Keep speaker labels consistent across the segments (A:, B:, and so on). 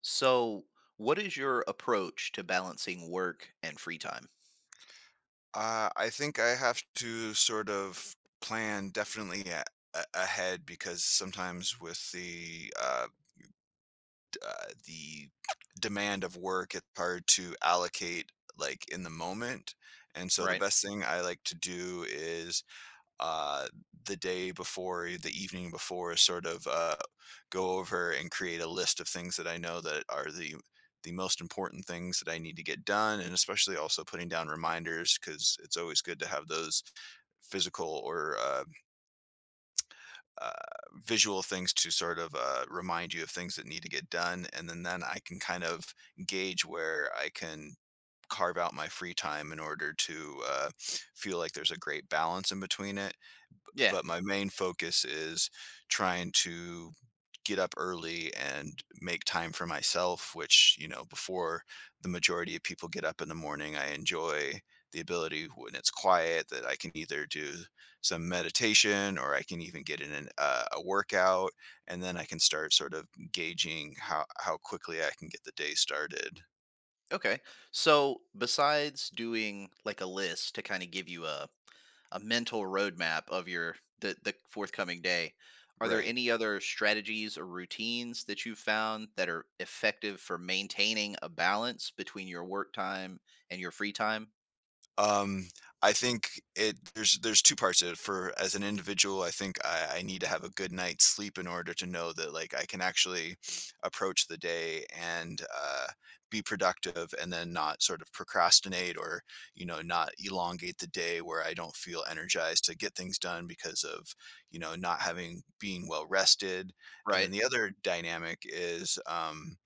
A: So, what is your approach to balancing work and free time?
B: I think I have to sort of plan definitely a ahead, because sometimes with the the demand of work, it's hard to allocate like in the moment. And so the
A: Right.
B: best thing I like to do is uh, the day before, the evening before, sort of go over and create a list of things that I know that are the most important things that I need to get done, and especially also putting down reminders, because it's always good to have those physical or uh, visual things to sort of remind you of things that need to get done. And then I can kind of gauge where I can carve out my free time in order to feel like there's a great balance in between it.
A: Yeah.
B: But my main focus is trying to get up early and make time for myself, which, you know, before the majority of people get up in the morning, I enjoy the ability when it's quiet that I can either do some meditation or I can even get in a workout. And then I can start sort of gauging how quickly I can get the day started.
A: Okay. So, besides doing like a list to kind of give you a mental roadmap of your the forthcoming day, are there
B: Right.
A: any other strategies or routines that you've found that are effective for maintaining a balance between your work time and your free time?
B: Um, I think it there's 2 parts of it. For as an individual, I think I need to have a good night's sleep in order to know that, like, I can actually approach the day and, be productive, and then not sort of procrastinate or, you know, not elongate the day where I don't feel energized to get things done because of, you know, not having being well rested. And then
A: Right.
B: the other dynamic is,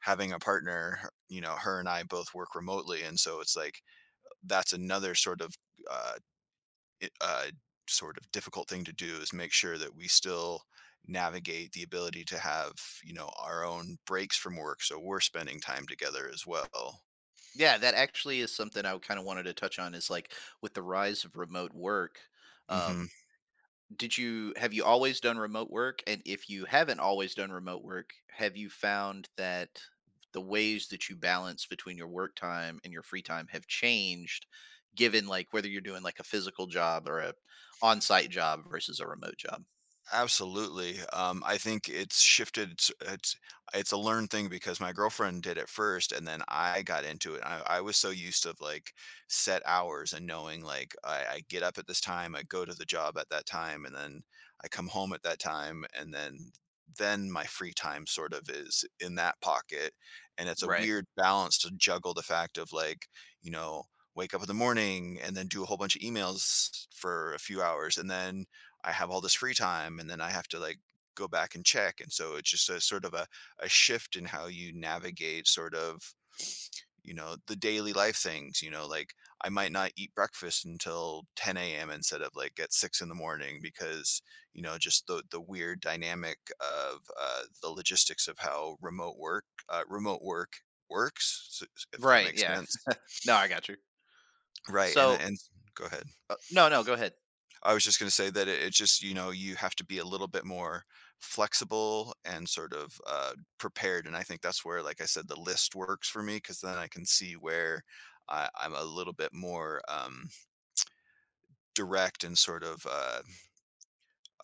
B: having a partner. You know, her and I both work remotely, and so it's like that's another sort of uh, i- uh, sort of difficult thing to do is make sure that we still navigate the ability to have, you know, our own breaks from work, so we're spending time together as well.
A: Yeah, that actually is something I kind of wanted to touch on is like with the rise of remote work,
B: hmm
A: um, did you, have you always done remote work? And if you haven't always done remote work, have you found that the ways that you balance between your work time and your free time have changed given like whether you're doing like a physical job or a on-site job versus a remote job?
B: Absolutely. I think it's shifted. It's it's a learned thing because my girlfriend did it first, and then I got into it. I was so used to like set hours and knowing like I get up at this time, I go to the job at that time, and then I come home at that time, and then my free time sort of is in that pocket. And it's a
A: Right.
B: weird balance to juggle the fact of like, you know, wake up in the morning and then do a whole bunch of emails for a few hours, and then I have all this free time, and then I have to like go back and check. And so it's just a sort of a shift in how you navigate sort of, you know, the daily life things. You know, like I might not eat breakfast until 10 a.m. instead of like at 6 in the morning because, you know, just the weird dynamic of the logistics of how remote work works, if that
A: Right,
B: makes
A: yeah.
B: sense.
A: No, I got you.
B: Right. And,
A: So,
B: and go ahead.
A: no, no, go ahead.
B: I was just going to say that it just, you know, you have to be a little bit more flexible and sort of prepared. And I think that's where, like I said, the list works for me, because then I can see where I'm a little bit more direct and sort of uh,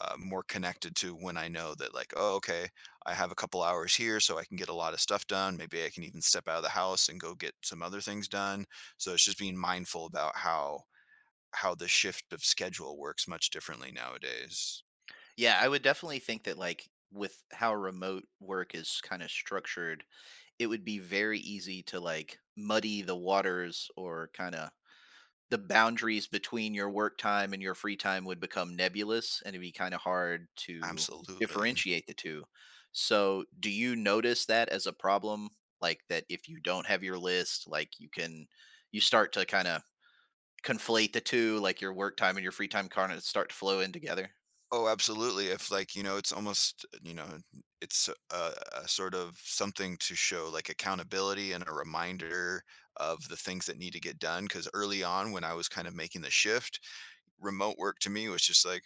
B: uh, more connected to when I know that, like, oh, okay, I have a couple hours here, so I can get a lot of stuff done. Maybe I can even step out of the house and go get some other things done. So it's just being mindful about how the shift of schedule works much differently nowadays.
A: Yeah, I would definitely think that like with how remote work is kind of structured, it would be very easy to like muddy the waters or kind of the boundaries between your work time and your free time would become nebulous and it'd be kind of hard to
B: Absolutely.
A: differentiate the two. So, do you notice that as a problem like that if you don't have your list, like you can you start to kind of conflate the two, like your work time and your free time kind of start to flow in together?
B: Oh, absolutely. If like, you know, it's almost, you know, it's a sort of something to show like accountability and a reminder of the things that need to get done. Cause early on when I was kind of making the shift, remote work to me was just like,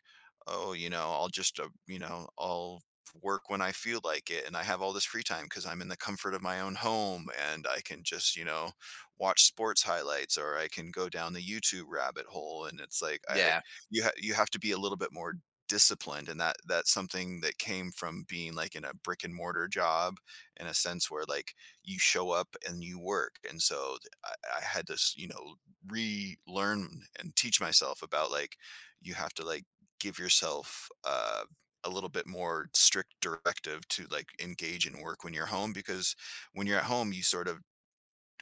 B: oh, you know, I'll just, you know, I'll work when I feel like it. And I have all this free time because I'm in the comfort of my own home, and I can just, you know, watch sports highlights or I can go down the YouTube rabbit hole. And it's like,
A: Yeah.
B: you have to be a little bit more disciplined. And that's something that came from being like in a brick and mortar job, in a sense where like you show up and you work. And so I had this, you know, relearn and teach myself about like you have to like give yourself a little bit more strict directive to like engage in work when you're home, because when you're at home you sort of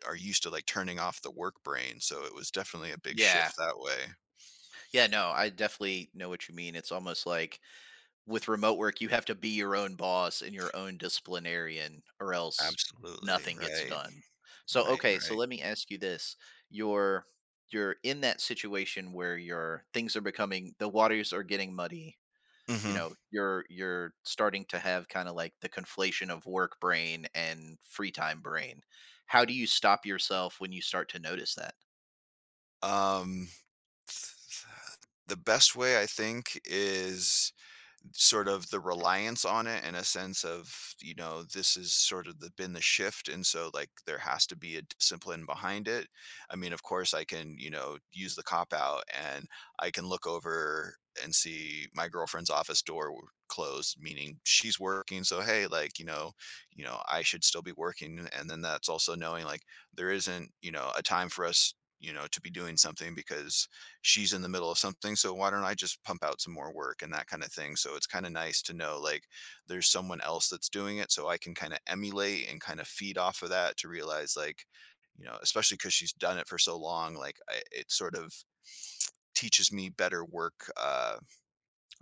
B: are used to like turning off the work brain. So it was definitely a big
A: Yeah.
B: shift that way.
A: Yeah, no, I definitely know what you mean. It's almost like with remote work, you have to be your own boss and your own disciplinarian, or else
B: Absolutely
A: nothing gets
B: right.
A: done. So,
B: Right,
A: okay, so
B: right.
A: let me ask you this: you're in that situation where your things are becoming, the waters are getting muddy. You
B: hmm
A: know, you're starting to have kind of like the conflation of work brain and free time brain. How do you stop yourself when you start to notice that?
B: um th- th- the best way, I think, is sort of the reliance on it, and a sense of, you know, this is sort of been the shift, and so like there has to be a discipline behind it. I mean, of course I can, you know, use the cop out, and I can look over and see my girlfriend's office door closed, meaning she's working. So, hey, like, you know, you know, I should still be working. And then that's also knowing like there isn't, you know, a time for us, you know, to be doing something because she's in the middle of something. So why don't I just pump out some more work, and that kind of thing. So it's kind of nice to know like there's someone else that's doing it, so I can kind of emulate and kind of feed off of that to realize like, you know, especially because she's done it for so long, like it sort of teaches me better work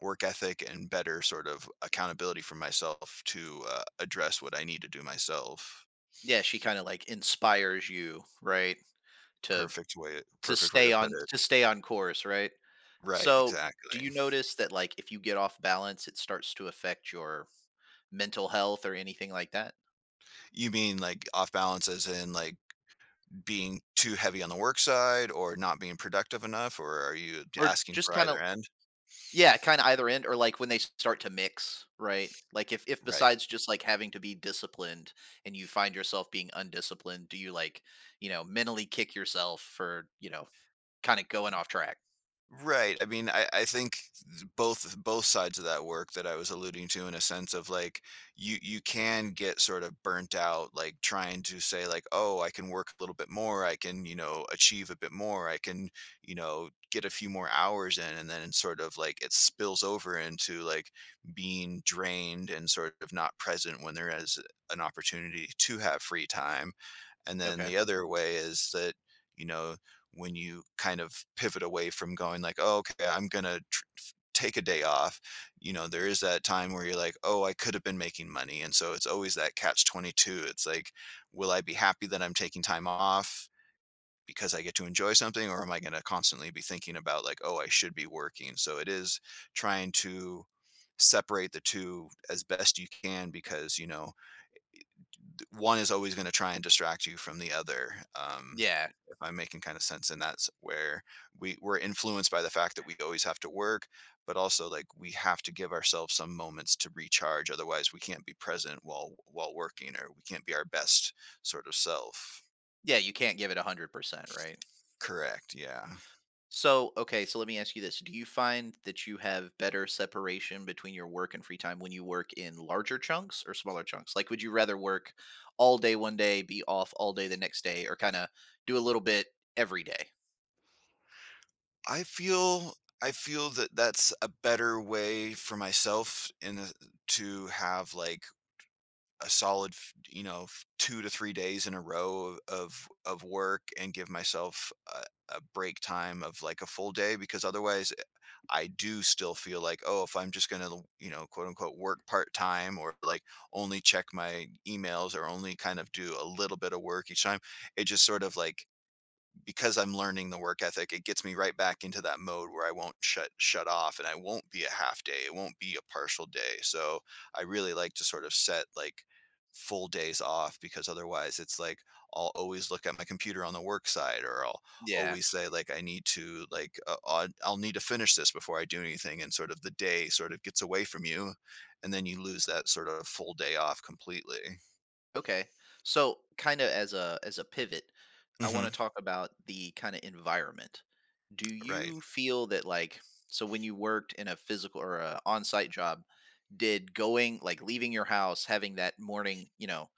B: work ethic and better sort of accountability for myself to address what I need to do myself.
A: Yeah, she kind of like inspires you, right? To,
B: Perfect way, perfect way to put it.
A: To stay on course, right?
B: Right,
A: So, do
B: exactly.
A: you notice that, like, if you get off balance, it starts to affect your mental health or anything like that?
B: You mean like off balance as in like being too heavy on the work side or not being productive enough, or are you
A: Or
B: asking
A: just
B: for
A: kinda,
B: either end?
A: yeah, kinda either end or, like, when they start to mix, right? Like, if
B: Right.
A: besides just, like, having to be disciplined and you find yourself being undisciplined, do you, like, mentally kick yourself for, kinda going off track?
B: Right. I mean, I think both sides of that work that I was alluding to, in a sense of like you can get sort of burnt out, like trying to say like, oh, I can work a little bit more, I can, you know, achieve a bit more, I can, you know, get a few more hours in, and then sort of like it spills over into like being drained and sort of not present when there is an opportunity to have free time. And then
A: Okay.
B: the other way is that, you know, when you kind of pivot away from going like, "Oh, okay, I'm gonna tr f take a day off," you know, there is that time where you're like, "Oh, I could have been making money." And so it's always that catch-22. It's like, will I be happy that I'm taking time off because I get to enjoy something, or am I gonna constantly be thinking about like, "Oh, I should be working?" So it is trying to separate the 2 as best you can, because, you know, one is always going to try and distract you from the other.
A: Yeah.
B: If I'm making kind of sense, and that's where we're influenced by the fact that we always have to work, but also like we have to give ourselves some moments to recharge. Otherwise, we can't be present while working, or we can't be our best sort of self.
A: Yeah, you can't give it 100%, right?
B: Correct. Yeah.
A: So, okay, so let me ask you this. Do you find that you have better separation between your work and free time when you work in larger chunks or smaller chunks? Like, would you rather work all day one day, be off all day the next day, or kind of do a little bit every day?
B: I feel I feel that that's a better way for myself in the, to have like a solid, you know, 2 to 3 days in a row of work, and give myself a break time of like a full day, because otherwise I do still feel like, oh, if I'm just gonna, you know, quote unquote work part time, or like only check my emails or only kind of do a little bit of work each time, it just sort of like, because I'm learning the work ethic, it gets me right back into that mode where I won't shut off, and I won't be a half day. It won't be a partial day. So I really like to sort of set like full days off because otherwise it's like I'll always look at my computer on the work side, or I'll
A: Yeah.
B: always say like I need to like I'll need to finish this before I do anything, and sort of the day sort of gets away from you and then you lose that sort of full day off completely.
A: Okay. So, kind of as a pivot, I want to
B: Hmm.
A: talk about the kind of environment. Do
B: Right.
A: you feel that like so when you worked in a physical or a on-site job, did going, like leaving your house, having that morning, you know,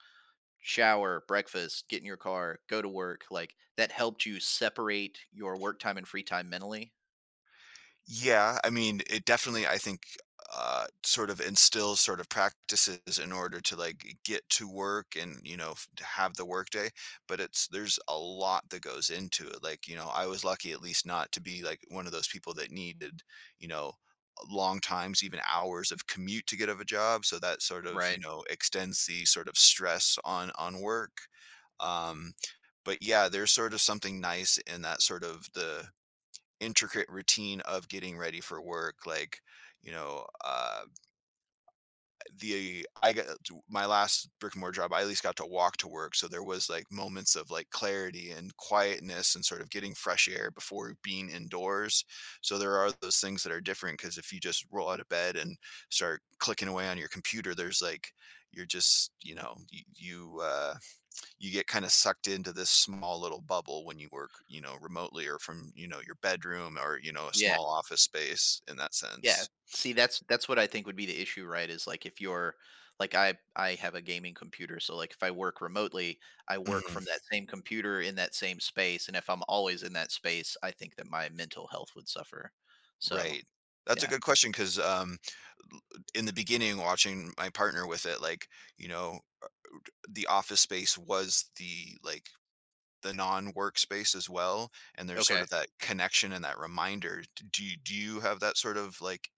A: shower, breakfast, get in your car, go to work, like that helped you separate your work time and free time mentally?
B: Yeah, I mean, it definitely, I think, sort of instills sort of practices in order to like get to work and, you know, to have the workday. But it's, there's a lot that goes into it. Like, you know, I was lucky at least not to be like one of those people that needed, you know, long times, even hours of commute to get of a job. So that sort of, you
A: Right.
B: know, extends the sort of stress on work. Um, but yeah, there's sort of something nice in that sort of the intricate routine of getting ready for work, like you know uh the my last brick and mortar job, I at least got to walk to work, so there was like moments of like clarity and quietness and sort of getting fresh air before being indoors. So there are those things that are different, because if you just roll out of bed and start clicking away on your computer, there's like you're just, you know, you you get kind of sucked into this small little bubble when you work, you know, remotely, or from, you know, your bedroom, or, you know, a
A: Yeah.
B: small office space in that
A: Yeah.
B: sense.
A: See, that's what I think would be the issue, right? Is like if you're like I have a gaming computer, so like if I work remotely, I work
B: Mhm.
A: from that same computer in that same space, and if I'm always in that space, I think that my mental health would suffer. So,
B: Right. That's a
A: yeah.
B: good question because l- in the beginning, watching my partner with it, like, you know, the office space was the like the non-workspace as well, and there's sort
A: Okay.
B: of that connection and that reminder. Do you have that sort of like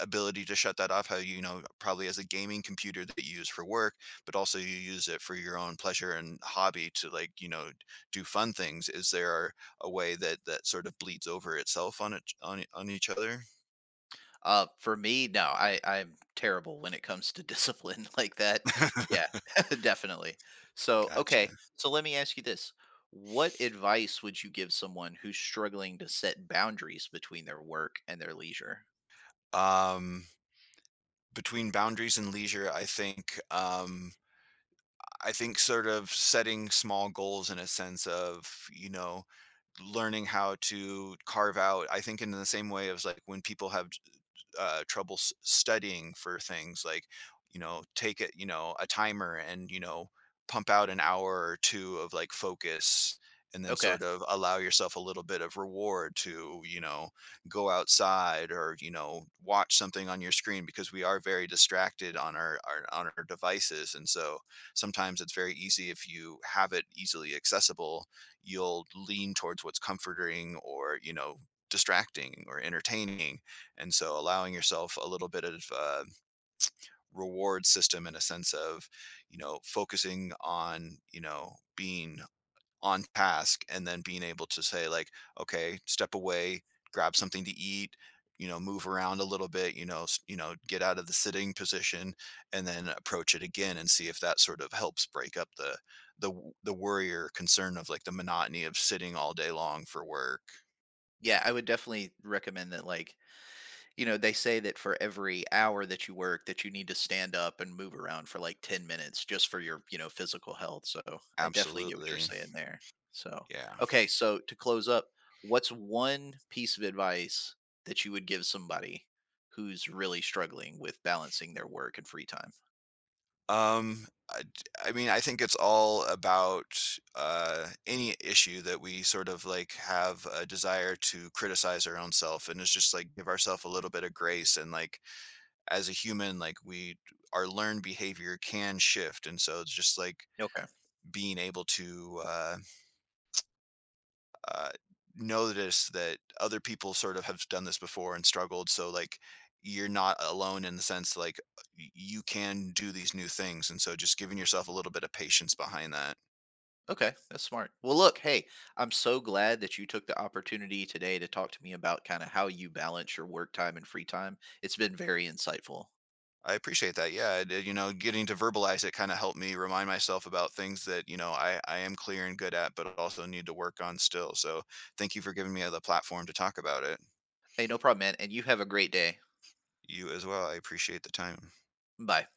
B: ability to shut that off? How, you know, probably as a gaming computer that you use for work, but also you use it for your own pleasure and hobby to like, you know, do fun things. Is there a way that that sort of bleeds over itself on on each other?
A: For me, no, I'm terrible when it comes to discipline like that. Yeah, definitely. So,
B: Gotcha.
A: okay, so let me ask you this. What advice would you give someone who's struggling to set boundaries between their work and their leisure?
B: Um, between boundaries and leisure, I think. I think sort of setting small goals in a sense of, you know, learning how to carve out. I think in the same way as like when people have trouble studying for things, like, you know, take it, you know, a timer and, you know, pump out an hour or two of like focus, and then
A: Okay.
B: sort of allow yourself a little bit of reward to, you know, go outside or, you know, watch something on your screen, because we are very distracted on our on our devices. And so sometimes it's very easy if you have it easily accessible, you'll lean towards what's comforting or, you know, distracting or entertaining. And so allowing yourself a little bit of reward system in a sense of, you know, focusing on, you know, being on task, and then being able to say like, okay, step away, grab something to eat, you know, move around a little bit, you know, you know, get out of the sitting position, and then approach it again and see if that sort of helps break up the the worry or concern of like the monotony of sitting all day long for work.
A: Yeah, I would definitely recommend that like you know, they say that for every hour that you work that you need to stand up and move around for like 10 minutes just for your, you know, physical health. So I definitely get what you're
B: Absolutely.
A: saying there. So,
B: Yeah.
A: okay. So to close up, what's one piece of advice that you would give somebody who's really struggling with balancing their work and free time?
B: Um, I I mean, I think it's all about any issue that we sort of like have a desire to criticize our own self, and it's just like give ourselves a little bit of grace. And like, as a human, like we, our learned behavior can shift, and so it's just like
A: Okay.
B: being able to uh, notice that other people sort of have done this before and struggled. So like you're not alone in the sense like you can do these new things. And so just giving yourself a little bit of patience behind that.
A: Okay. That's smart. Well, look, hey, I'm so glad that you took the opportunity today to talk to me about kind of how you balance your work time and free time. It's been very insightful.
B: I appreciate that. Yeah, it, you know, getting to verbalize it kind of helped me remind myself about things that, you know, I am clear and good at, but also need to work on still. So thank you for giving me the platform to talk about it.
A: Hey, no problem, man. And you have a great day.
B: You as well. I appreciate the time.
A: Bye.